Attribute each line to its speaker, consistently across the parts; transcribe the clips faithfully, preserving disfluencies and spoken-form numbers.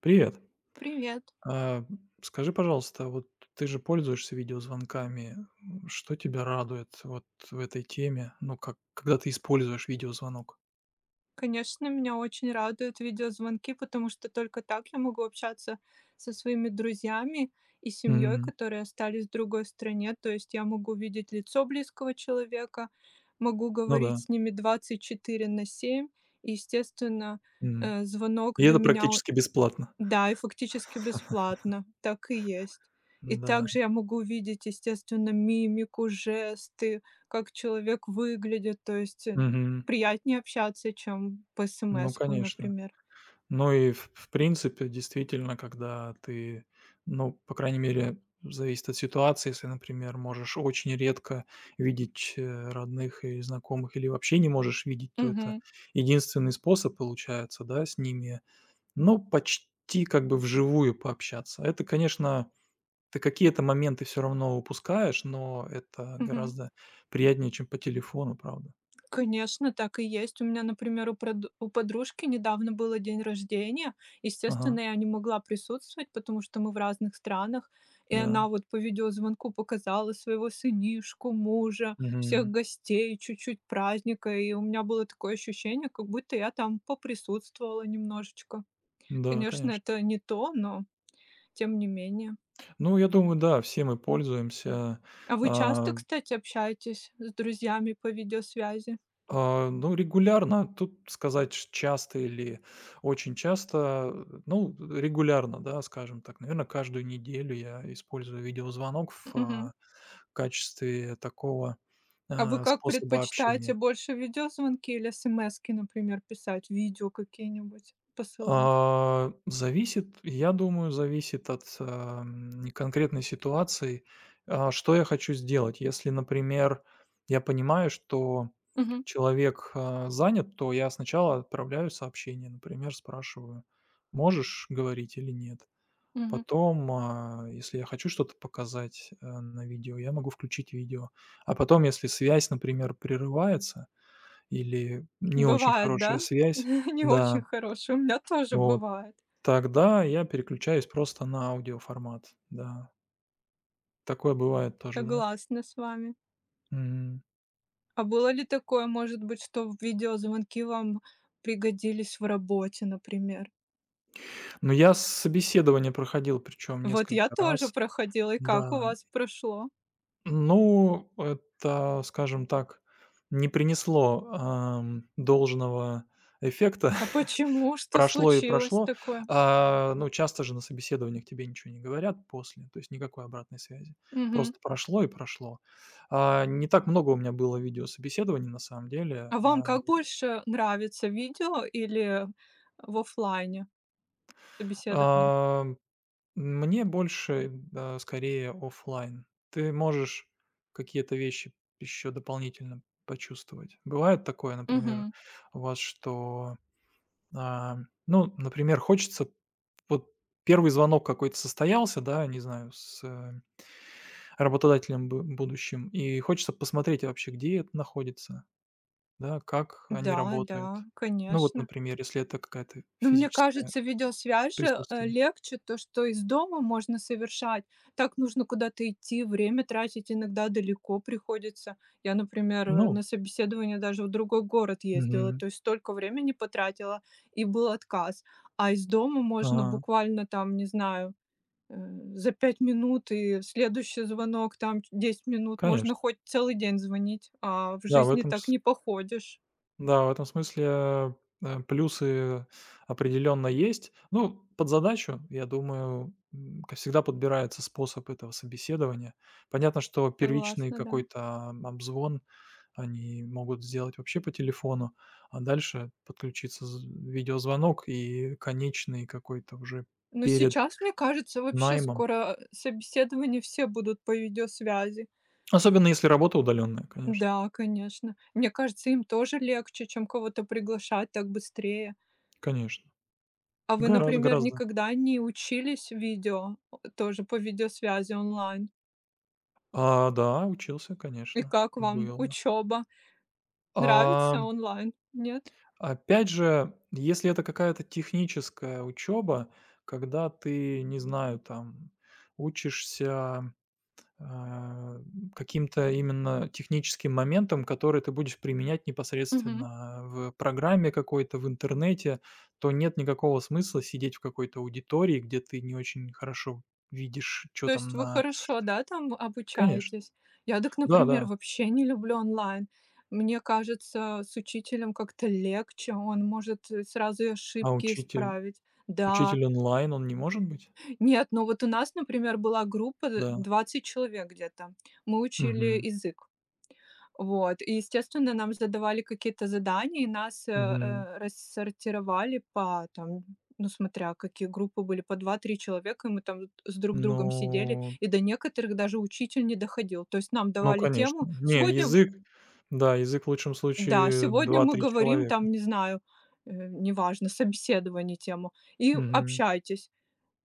Speaker 1: Привет.
Speaker 2: Привет.
Speaker 1: А, Скажи, пожалуйста, вот ты же пользуешься видеозвонками. М, Что тебя радует вот в этой теме? Ну, как, когда ты используешь видеозвонок?
Speaker 2: Конечно, меня очень радуют видеозвонки, потому что только так я могу общаться со своими друзьями и семьей,
Speaker 1: Мгм.
Speaker 2: которые остались в другой стране. То есть я могу видеть лицо близкого человека, могу
Speaker 1: Ну да.
Speaker 2: говорить с ними двадцать четыре на семь. И, естественно,
Speaker 1: Мгм.
Speaker 2: э, звонок
Speaker 1: И
Speaker 2: для
Speaker 1: это
Speaker 2: меня.
Speaker 1: практически бесплатно.
Speaker 2: Да, и фактически бесплатно. Так и есть. И
Speaker 1: Да.
Speaker 2: также я могу видеть, естественно, мимику, жесты, как человек выглядит. То есть, э,
Speaker 1: Мгм.
Speaker 2: приятнее общаться, чем по
Speaker 1: Ну,
Speaker 2: смс-кам,
Speaker 1: конечно.
Speaker 2: например.
Speaker 1: Ну и в в принципе, действительно, когда ты, ну, по крайней мере, зависит от ситуации, если, например, можешь очень редко видеть, э, родных и знакомых или вообще не можешь видеть, то это
Speaker 2: Мгм.
Speaker 1: единственный способ получается, да, с ними, ну, почти как бы вживую пообщаться. Это, конечно, ты какие-то моменты все равно упускаешь, но это
Speaker 2: Мгм.
Speaker 1: гораздо приятнее, чем по телефону, правда.
Speaker 2: Конечно, так и есть. У меня, например, у, прод- у подружки недавно было день рождения.
Speaker 1: Ага,
Speaker 2: Естественно, я не могла присутствовать, потому что мы в разных странах. И она
Speaker 1: да.
Speaker 2: вот по видеозвонку показала своего сынишку, мужа, всех
Speaker 1: Мгм.
Speaker 2: гостей, чуть-чуть праздника. И у меня было такое ощущение, как будто я там поприсутствовала немножечко.
Speaker 1: Да,
Speaker 2: Конечно,
Speaker 1: конечно.
Speaker 2: это не то, но тем не менее.
Speaker 1: Ну, я думаю, да, все мы пользуемся.
Speaker 2: А вы часто,
Speaker 1: А,
Speaker 2: кстати, общаетесь с друзьями по видеосвязи?
Speaker 1: а, ну, регулярно, тут сказать ш- часто или очень часто, э, ну, регулярно, да, скажем так, наверное, каждую неделю я использую видеозвонок в
Speaker 2: Мгм.
Speaker 1: а, качестве такого
Speaker 2: А вы
Speaker 1: а,
Speaker 2: как
Speaker 1: способа общения.
Speaker 2: предпочитаете, больше видеозвонки или смски, например, писать, видео какие-нибудь посылать?
Speaker 1: А, зависит, я думаю, зависит от, ам, конкретной ситуации. А, что я хочу сделать? Если, например, я понимаю, что
Speaker 2: Мгм,
Speaker 1: человек, а, занят, то я сначала отправляю сообщение, например, спрашиваю: "Можешь говорить или нет?"
Speaker 2: мгм.
Speaker 1: Потом, а, если я хочу что-то показать, а, на видео, я могу включить видео. А потом, если связь, например, прерывается или не очень
Speaker 2: Бывает, да?
Speaker 1: хорошая связь,
Speaker 2: Не очень
Speaker 1: да,
Speaker 2: хорошие. У меня тоже
Speaker 1: вот.
Speaker 2: бывает.
Speaker 1: Тогда я переключаюсь просто на аудиоформат, да. Такое бывает тоже, да?
Speaker 2: Согласна с вами.
Speaker 1: Мгм.
Speaker 2: А было ли такое, может быть, что видеозвонки вам пригодились в работе, например?
Speaker 1: Ну, я собеседование проходил, причем
Speaker 2: Вот я
Speaker 1: несколько
Speaker 2: тоже
Speaker 1: раз.
Speaker 2: проходила, и как у
Speaker 1: Да.
Speaker 2: вас прошло?
Speaker 1: Ну, это, скажем так, не принесло, ам, должного эффекта.
Speaker 2: А почему? Что
Speaker 1: Прошло и
Speaker 2: случилось
Speaker 1: прошло.
Speaker 2: такое?
Speaker 1: А, ну, часто же на собеседованиях тебе ничего не говорят после, то есть никакой обратной связи.
Speaker 2: Мгм.
Speaker 1: Просто прошло и прошло. А, не так много у меня было видеособеседований на самом деле.
Speaker 2: А вам
Speaker 1: А
Speaker 2: как больше нравится, видео или в оффлайне? Собеседование.
Speaker 1: А, Мне больше, да, скорее оффлайн. Ты можешь какие-то вещи еще дополнительно почувствовать. Бывает такое, например,
Speaker 2: Мгм.
Speaker 1: у вас, что, а, ну, например, хочется вот первый звонок какой-то состоялся, да, не знаю, с, э, работодателем бы будущим, и хочется посмотреть вообще, где это находится, да, как они
Speaker 2: Да, да,
Speaker 1: работают. Ну вот,
Speaker 2: конечно.
Speaker 1: например, если это какая-то
Speaker 2: Ну, мне
Speaker 1: физическое
Speaker 2: кажется, видеосвязь же, э,
Speaker 1: присутствие.
Speaker 2: легче, то, что из дома можно совершать. Так нужно куда-то идти, время тратить иногда далеко приходится. Я, например, э,
Speaker 1: Ну,
Speaker 2: на собеседование даже в другой город ездила,
Speaker 1: мгм.
Speaker 2: то есть столько времени потратила, и был отказ. А из дома можно
Speaker 1: Ага.
Speaker 2: буквально там, не знаю, э, за пять минут, и следующий звонок, там ч десять минут, можно
Speaker 1: Конечно.
Speaker 2: хоть целый день звонить, а в
Speaker 1: Да, в
Speaker 2: жизни
Speaker 1: этом
Speaker 2: так
Speaker 1: с
Speaker 2: не походишь.
Speaker 1: да, в этом смысле, э, э, плюсы определенно есть. Ну, под задачу, я думаю, м, как всегда подбирается способ этого собеседования. Понятно, что первичный
Speaker 2: Согласна, да.
Speaker 1: какой-то обзвон они могут сделать вообще по телефону, а дальше подключится з видеозвонок и конечный какой-то уже
Speaker 2: Но
Speaker 1: перед
Speaker 2: сейчас, мне кажется, вообще
Speaker 1: наймом.
Speaker 2: скоро, э, собеседования все будут по видеосвязи.
Speaker 1: Особенно если работа удаленная, конечно,
Speaker 2: Да, конечно. Мне кажется, им тоже легче, чем кого-то приглашать так быстрее.
Speaker 1: конечно.
Speaker 2: А вы,
Speaker 1: Гораздо
Speaker 2: например,
Speaker 1: гораздо.
Speaker 2: никогда не учились видео, о, тоже по видеосвязи онлайн?
Speaker 1: А, да, учился,
Speaker 2: И
Speaker 1: конечно,
Speaker 2: как вам
Speaker 1: было.
Speaker 2: учеба?
Speaker 1: А,
Speaker 2: Нравится онлайн? Нет?
Speaker 1: Опять же, если это какая-то техническая учеба, когда ты, не знаю, там учишься, а, каким-то именно техническим моментам, которые ты будешь применять
Speaker 2: Мгм.
Speaker 1: непосредственно в программе какой-то, в интернете, то нет никакого смысла сидеть в какой-то аудитории, где ты не очень хорошо видишь, что
Speaker 2: То есть
Speaker 1: там
Speaker 2: вы
Speaker 1: на.
Speaker 2: хорошо, да, там
Speaker 1: Конечно,
Speaker 2: обучаетесь? Я так, например,
Speaker 1: да-да.
Speaker 2: вообще не люблю онлайн. Мне кажется, с учителем как-то легче, он может э, сразу и
Speaker 1: А
Speaker 2: ошибки
Speaker 1: учитель
Speaker 2: исправить. Да,
Speaker 1: учитель онлайн, он не может быть?
Speaker 2: нет, но вот у нас, например, была группа э,
Speaker 1: Да.
Speaker 2: двадцать человек где-то. Мы учили
Speaker 1: Мгм.
Speaker 2: язык. Вот, и, естественно, нам задавали какие-то задания, и нас, э,
Speaker 1: Мгм.
Speaker 2: э, рассортировали по там, ну, смотря какие группы были, по два-три человека, и мы там с друг другом сидели,
Speaker 1: Ну
Speaker 2: и до некоторых даже учитель не доходил. То есть нам
Speaker 1: ну,
Speaker 2: давали
Speaker 1: конечно.
Speaker 2: тему.
Speaker 1: Не,
Speaker 2: Сегодня
Speaker 1: язык, да, язык в лучшем
Speaker 2: да,
Speaker 1: случае
Speaker 2: сегодня мы
Speaker 1: два-три
Speaker 2: говорим
Speaker 1: человека.
Speaker 2: там, не знаю, э, неважно, собеседование, тему, и
Speaker 1: Мгм,
Speaker 2: общайтесь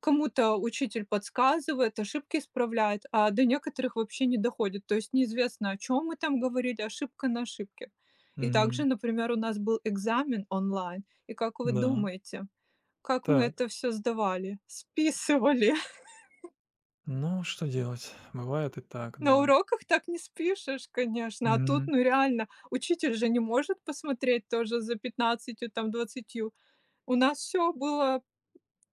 Speaker 2: кому-то учитель подсказывает, ошибки исправляет, а до некоторых вообще не доходит. То есть неизвестно, о чем мы там говорили, ошибка на ошибке. И
Speaker 1: мгм,
Speaker 2: также, например, у нас был экзамен онлайн. И как вы
Speaker 1: да.
Speaker 2: думаете, как мы
Speaker 1: Так,
Speaker 2: это все сдавали? Списывали.
Speaker 1: ну, что делать? Бывает и так,
Speaker 2: На
Speaker 1: да.
Speaker 2: уроках так не спишешь, конечно. А тут,
Speaker 1: Мгм.
Speaker 2: ну реально, учитель же не может посмотреть тоже за пятнадцатью там, двадцатью. У нас все было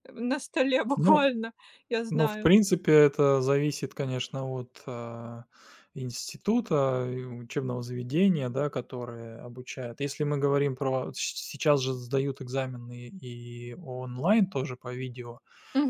Speaker 2: на столе
Speaker 1: Ну
Speaker 2: буквально, я
Speaker 1: Ну, в
Speaker 2: знаю.
Speaker 1: принципе, это зависит, конечно, от, а, института и учебного заведения, да, которое обучает. Если мы говорим про с сейчас же сдают экзамены и онлайн тоже по видео,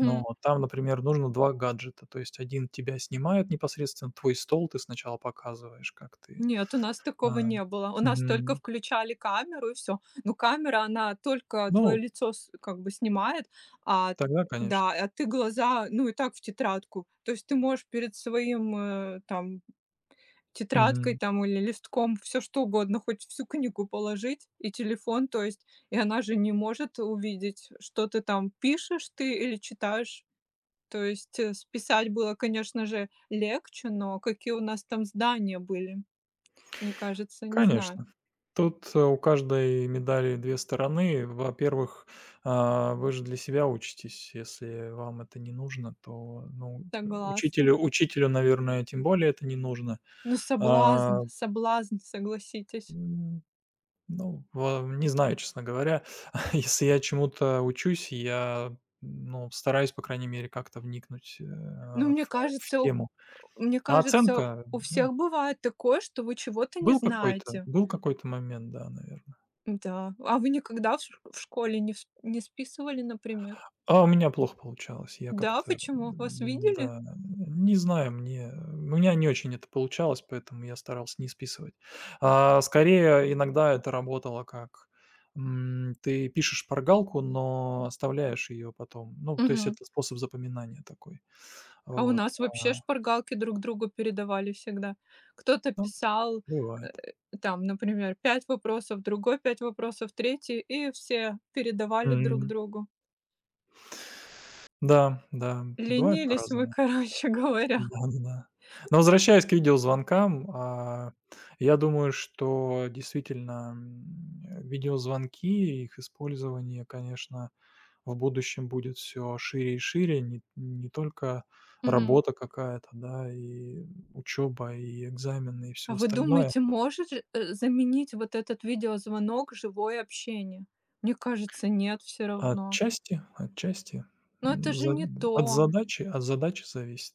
Speaker 1: но там, например, нужно два гаджета. То есть один тебя снимает непосредственно, твой стол ты сначала показываешь, как ты,
Speaker 2: Нет, у нас такого
Speaker 1: а,
Speaker 2: не было. У нас только
Speaker 1: мгм.
Speaker 2: включали камеру и все. Но камера, она только твое
Speaker 1: Ну,
Speaker 2: лицо с как бы снимает, а,
Speaker 1: тогда,
Speaker 2: да,
Speaker 1: конечно.
Speaker 2: а ты глаза, ну, и так в тетрадку. То есть ты можешь перед своим, э, там, тетрадкой
Speaker 1: Мгм.
Speaker 2: там или листком все что угодно, хоть всю книгу положить и телефон, то есть, и она же не может увидеть, что ты там пишешь ты или читаешь. То есть, э, списать было, конечно же, легче, но какие у нас там здания были. Мне кажется, не знаю.
Speaker 1: Конечно. Тут, э, у каждой медали две стороны. Во-первых, а, вы же для себя учитесь. Если вам это не нужно, то, ну, э,
Speaker 2: Согласна.
Speaker 1: учителю учителю, наверное, тем более это не нужно.
Speaker 2: Ну, соблазн,
Speaker 1: А,
Speaker 2: соблазн, согласитесь.
Speaker 1: м, ну, во не знаю, честно говоря. Если я чему-то учусь, я, ну, стараюсь, по крайней мере, как-то вникнуть, э,
Speaker 2: Ну, мне
Speaker 1: в в
Speaker 2: кажется, у
Speaker 1: тему.
Speaker 2: Мне
Speaker 1: А
Speaker 2: кажется,
Speaker 1: оценка,
Speaker 2: у
Speaker 1: ну,
Speaker 2: всех бывает такое, что вы чего-то не
Speaker 1: был какой-то
Speaker 2: знаете.
Speaker 1: был какой-то момент, да, наверное.
Speaker 2: Да. А вы никогда в шк в школе не вс не списывали, например?
Speaker 1: А у меня плохо получалось. Я
Speaker 2: Да,
Speaker 1: как-то,
Speaker 2: почему? Вас
Speaker 1: м,
Speaker 2: видели?
Speaker 1: да, не знаю, мне у меня не очень это получалось, поэтому я старался не списывать. А, скорее, иногда это работало как, м, ты пишешь шпаргалку, но оставляешь ее потом. Ну, то есть
Speaker 2: Мгм.
Speaker 1: это способ запоминания такой.
Speaker 2: А у
Speaker 1: Вот,
Speaker 2: нас вообще
Speaker 1: а,
Speaker 2: шпаргалки друг другу передавали всегда. Кто-то
Speaker 1: ну,
Speaker 2: писал, э,
Speaker 1: бывает.
Speaker 2: там, например, пять вопросов, другой пять вопросов, третий, и все передавали друг
Speaker 1: Мгм.
Speaker 2: другу.
Speaker 1: Да, да, бывает
Speaker 2: Ленились мы,
Speaker 1: по-разному.
Speaker 2: короче говоря.
Speaker 1: Да, да. Но возвращаясь к видеозвонкам, а, я думаю, что действительно, м, э, видеозвонки и их использование, конечно, в будущем будет все шире и шире. Не не только
Speaker 2: Мгм.
Speaker 1: работа какая-то, да, и учеба, и экзамены, и
Speaker 2: А
Speaker 1: все
Speaker 2: вы
Speaker 1: остальное.
Speaker 2: думаете, может же, э, заменить вот этот видеозвонок живое общение? Мне кажется, нет все равно.
Speaker 1: Отчасти, отчасти.
Speaker 2: Но это
Speaker 1: М,
Speaker 2: же
Speaker 1: за
Speaker 2: не
Speaker 1: от
Speaker 2: то.
Speaker 1: задачи от задачи зависит.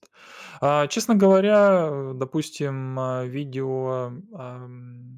Speaker 1: А, честно говоря, э, допустим, а, видео, ам,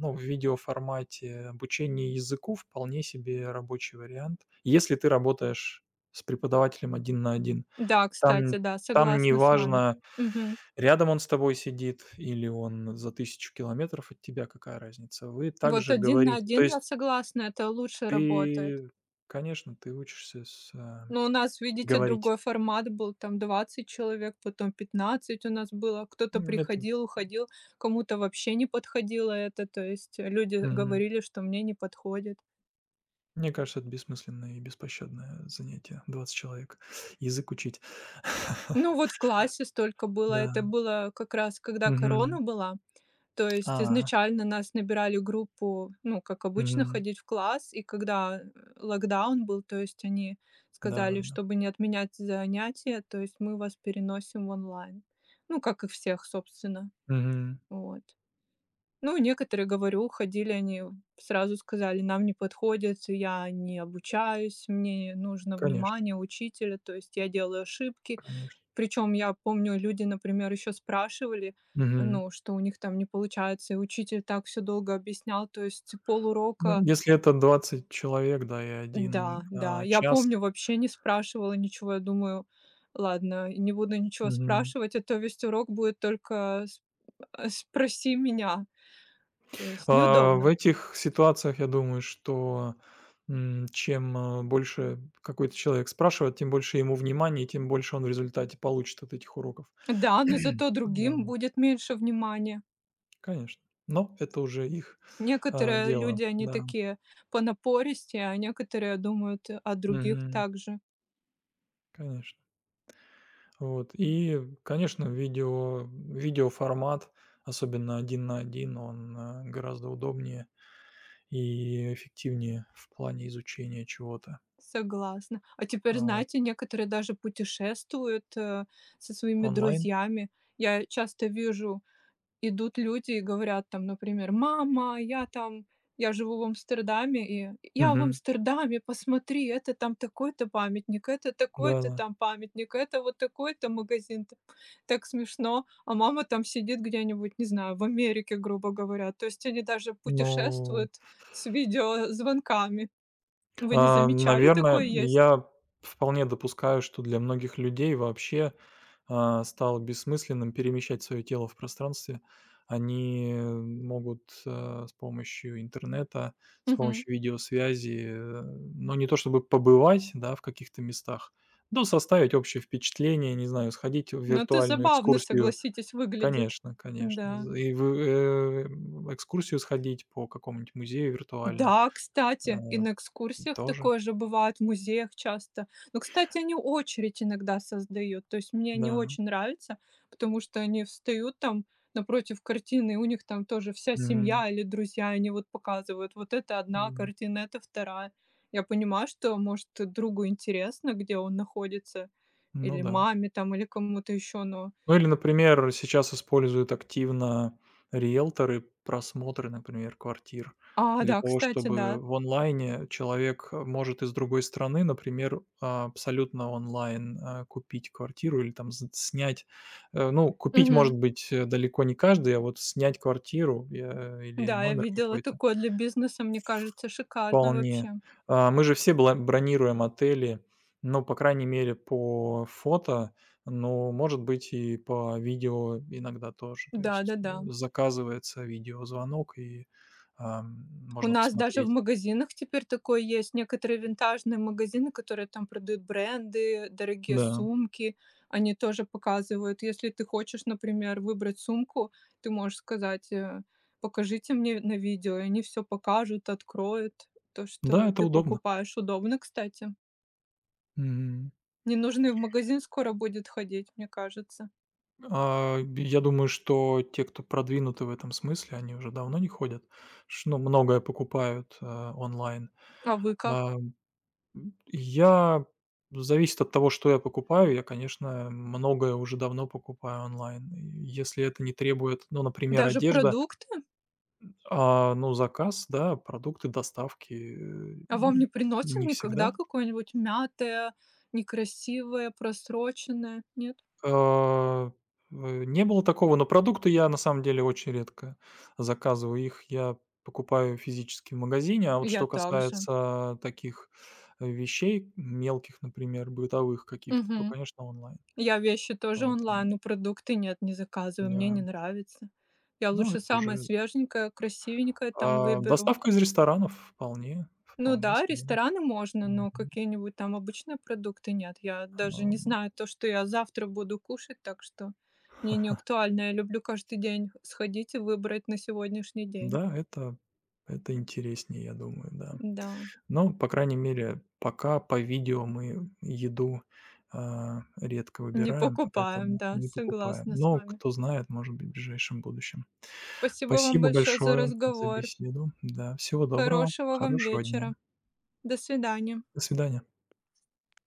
Speaker 1: ну, в видеоформате обучение языку вполне себе рабочий вариант, если ты работаешь с преподавателем один на один.
Speaker 2: Да, кстати,
Speaker 1: Там
Speaker 2: да,
Speaker 1: там
Speaker 2: согласна с вами.
Speaker 1: неважно,
Speaker 2: Мгм.
Speaker 1: рядом он с тобой сидит или он за тысячу километров от тебя, какая разница. Вы
Speaker 2: Вот
Speaker 1: также
Speaker 2: один на
Speaker 1: говорите. То
Speaker 2: один я
Speaker 1: есть
Speaker 2: согласна, это лучше работает.
Speaker 1: ты, конечно, ты учишься с а,
Speaker 2: Но у нас, видите,
Speaker 1: говорить.
Speaker 2: другой формат был, там двадцать человек, потом пятнадцать у нас было. Кто-то
Speaker 1: М, Это,
Speaker 2: приходил, уходил, кому-то вообще не подходило это. То есть э, люди
Speaker 1: мгм.
Speaker 2: говорили, что мне не подходит.
Speaker 1: Мне кажется, это бессмысленное и беспощадное занятие. Двадцать человек. Язык учить.
Speaker 2: Ну, вот в классе столько было. Это
Speaker 1: Да.
Speaker 2: было как раз, когда
Speaker 1: Мгм.
Speaker 2: корона была. То есть
Speaker 1: А.
Speaker 2: изначально нас набирали группу, ну, как обычно,
Speaker 1: Мгм.
Speaker 2: ходить в класс. И когда э, локдаун был, то есть они сказали,
Speaker 1: Да-да-да.
Speaker 2: чтобы не отменять занятия, то есть мы вас переносим в онлайн. Ну, как и всех, собственно.
Speaker 1: Мгм.
Speaker 2: Вот. Ну, некоторые, говорю, ходили, они сразу сказали, нам не подходит, я не обучаюсь, мне нужно
Speaker 1: Конечно,
Speaker 2: внимание учителя, то есть я делаю ошибки.
Speaker 1: конечно.
Speaker 2: Причем я помню, люди, например, еще спрашивали,
Speaker 1: Мгм.
Speaker 2: ну, что у них там не получается, и учитель так все долго объяснял, то есть
Speaker 1: Ну,
Speaker 2: полурока.
Speaker 1: если это двадцать человек, да, и
Speaker 2: Да,
Speaker 1: один
Speaker 2: да,
Speaker 1: а,
Speaker 2: я
Speaker 1: час.
Speaker 2: помню, вообще не спрашивала ничего, я думаю: "Ладно, не буду ничего
Speaker 1: Мгм.
Speaker 2: спрашивать, а то весь урок будет только сп э, спроси меня". То есть
Speaker 1: А, в
Speaker 2: неудобно.
Speaker 1: этих ситуациях я думаю, что, м, чем, э, больше какой-то человек спрашивает, тем больше ему внимания, и тем больше он в результате получит от этих уроков.
Speaker 2: Да, но зато
Speaker 1: Да,
Speaker 2: другим будет меньше внимания.
Speaker 1: конечно. Но это уже их, а,
Speaker 2: Некоторые
Speaker 1: дело,
Speaker 2: люди, они
Speaker 1: да.
Speaker 2: такие понапористые, а некоторые думают о других
Speaker 1: Мгм.
Speaker 2: также.
Speaker 1: Конечно. Вот. И, конечно, видео видеоформат, особенно один на один, он, э, гораздо удобнее и эффективнее в плане изучения чего-то.
Speaker 2: Согласна. А теперь,
Speaker 1: А, вот.
Speaker 2: знаете, некоторые даже путешествуют, э, со своими
Speaker 1: Онлайн?
Speaker 2: друзьями. Я часто вижу, идут люди и говорят там, например: "Мама, я там я живу в Амстердаме, и я в
Speaker 1: Мгм.
Speaker 2: Амстердаме, посмотри, это там такой-то памятник, это такой-то
Speaker 1: Да-да.
Speaker 2: там памятник, это вот такой-то магазин". Т Так смешно. А мама там сидит где-нибудь, не знаю, в Америке, грубо говоря. То есть они даже
Speaker 1: Ну,
Speaker 2: путешествуют с видеозвонками. Вы не
Speaker 1: а,
Speaker 2: замечали,
Speaker 1: наверное,
Speaker 2: такое есть?
Speaker 1: я вполне допускаю, что для многих людей вообще, а, стало бессмысленным перемещать свое тело в пространстве. Они могут, э, с помощью интернета, с
Speaker 2: Мгм.
Speaker 1: помощью видеосвязи, э, ну, не то чтобы побывать, да, в каких-то местах, но составить общее впечатление, не знаю, сходить в
Speaker 2: Ну, это
Speaker 1: виртуальную
Speaker 2: забавно,
Speaker 1: экскурсию.
Speaker 2: согласитесь, выглядит.
Speaker 1: Конечно, конечно.
Speaker 2: Да.
Speaker 1: З и в, э, экскурсию сходить по какому-нибудь музею виртуально.
Speaker 2: Да,
Speaker 1: Э
Speaker 2: кстати, и на экскурсиях
Speaker 1: Тоже,
Speaker 2: такое же бывает, в музеях часто. Но, кстати, они очередь иногда создают. То есть мне не
Speaker 1: да.
Speaker 2: очень нравится, потому что они встают там напротив картины, и у них там тоже вся
Speaker 1: Мгм.
Speaker 2: семья или друзья, и они вот показывают, вот это одна
Speaker 1: Мгм.
Speaker 2: картина, это вторая. Я понимаю, что, может, другу интересно, где он находится,
Speaker 1: Ну
Speaker 2: или
Speaker 1: да.
Speaker 2: маме там, или кому-то еще, но...
Speaker 1: Ну или, например, сейчас используют активно риэлторы просмотры, например, квартир
Speaker 2: А,
Speaker 1: для
Speaker 2: да,
Speaker 1: того,
Speaker 2: кстати, да.
Speaker 1: чтобы в онлайне человек, э, может из другой страны, например, а, абсолютно онлайн, а, купить квартиру или там з снять. Э, ну, купить,
Speaker 2: Мгм.
Speaker 1: может быть, э, далеко не каждый, а вот снять квартиру, э, или
Speaker 2: Да, я
Speaker 1: номер
Speaker 2: видела
Speaker 1: какой-то.
Speaker 2: такое для бизнеса, мне кажется, шикарно
Speaker 1: Вполне.
Speaker 2: вообще.
Speaker 1: А, мы же все бла бронируем отели, ну, по крайней мере, по фото, но, может быть, и по видео иногда тоже. То есть, э,
Speaker 2: Да-да-да.
Speaker 1: заказывается видеозвонок, и, ам,
Speaker 2: У
Speaker 1: можно
Speaker 2: нас даже в
Speaker 1: посмотреть.
Speaker 2: магазинах теперь такое есть. Некоторые винтажные магазины, которые там продают бренды, дорогие
Speaker 1: Да,
Speaker 2: сумки, они тоже показывают. Если ты хочешь, например, выбрать сумку, ты можешь сказать: э, "Покажите мне на видео", и они все покажут, откроют то,
Speaker 1: да,
Speaker 2: что
Speaker 1: это
Speaker 2: ты
Speaker 1: удобно.
Speaker 2: покупаешь. Удобно, кстати.
Speaker 1: Мгм.
Speaker 2: Не нужно и в магазин скоро будет ходить, мне кажется.
Speaker 1: А, я думаю, что те, кто продвинуты в этом смысле, они уже давно не ходят, ш ну, многое покупают, а, онлайн.
Speaker 2: А вы как?
Speaker 1: А М, я Зависит от того, что я покупаю. Я, конечно, многое уже давно покупаю онлайн. И если это не требует, ну, например,
Speaker 2: Даже
Speaker 1: одежда,
Speaker 2: продукт.
Speaker 1: а, ну, заказ, да, продукты доставки, э,
Speaker 2: А вам
Speaker 1: н
Speaker 2: не приносят
Speaker 1: не
Speaker 2: никогда
Speaker 1: всегда.
Speaker 2: какое-нибудь мятое, некрасивое, просроченное? Нет?
Speaker 1: А, э, Не было такого, но продукты я на самом деле очень редко заказываю. Их я покупаю физически в магазине. А вот что
Speaker 2: Я также.
Speaker 1: касается таких вещей мелких, например, бытовых каких-то, то,
Speaker 2: Мгм.
Speaker 1: конечно, онлайн.
Speaker 2: Я вещи тоже
Speaker 1: Поэтому
Speaker 2: онлайн, но продукты нет, не заказываю, мне не
Speaker 1: да.
Speaker 2: нравится. Я
Speaker 1: Ну,
Speaker 2: лучше
Speaker 1: это
Speaker 2: самое
Speaker 1: уже
Speaker 2: свеженькое, красивенькое там
Speaker 1: а,
Speaker 2: выберу.
Speaker 1: доставка из ресторанов вполне
Speaker 2: Ну
Speaker 1: вполне
Speaker 2: да,
Speaker 1: себе.
Speaker 2: рестораны можно,
Speaker 1: Мгм.
Speaker 2: но какие-нибудь там обычные продукты нет. Я даже не
Speaker 1: Ам,
Speaker 2: знаю то, что я завтра буду кушать, так что мне не актуально. Я люблю каждый день сходить и выбрать на сегодняшний день.
Speaker 1: да, это это интереснее, я думаю, да.
Speaker 2: Да.
Speaker 1: Но, по крайней мере, пока по видео мы еду, а, редко
Speaker 2: Не
Speaker 1: выбираем,
Speaker 2: покупаем,
Speaker 1: поэтому
Speaker 2: да,
Speaker 1: не покупаем.
Speaker 2: согласна с
Speaker 1: Но
Speaker 2: вами.
Speaker 1: кто знает, может быть, в ближайшем будущем.
Speaker 2: Спасибо вам
Speaker 1: Спасибо
Speaker 2: большое за
Speaker 1: большое за
Speaker 2: разговор.
Speaker 1: беседу. Да, всего доброго,
Speaker 2: Хорошего вам
Speaker 1: хорошего
Speaker 2: вечера.
Speaker 1: дня.
Speaker 2: До свидания.
Speaker 1: До свидания.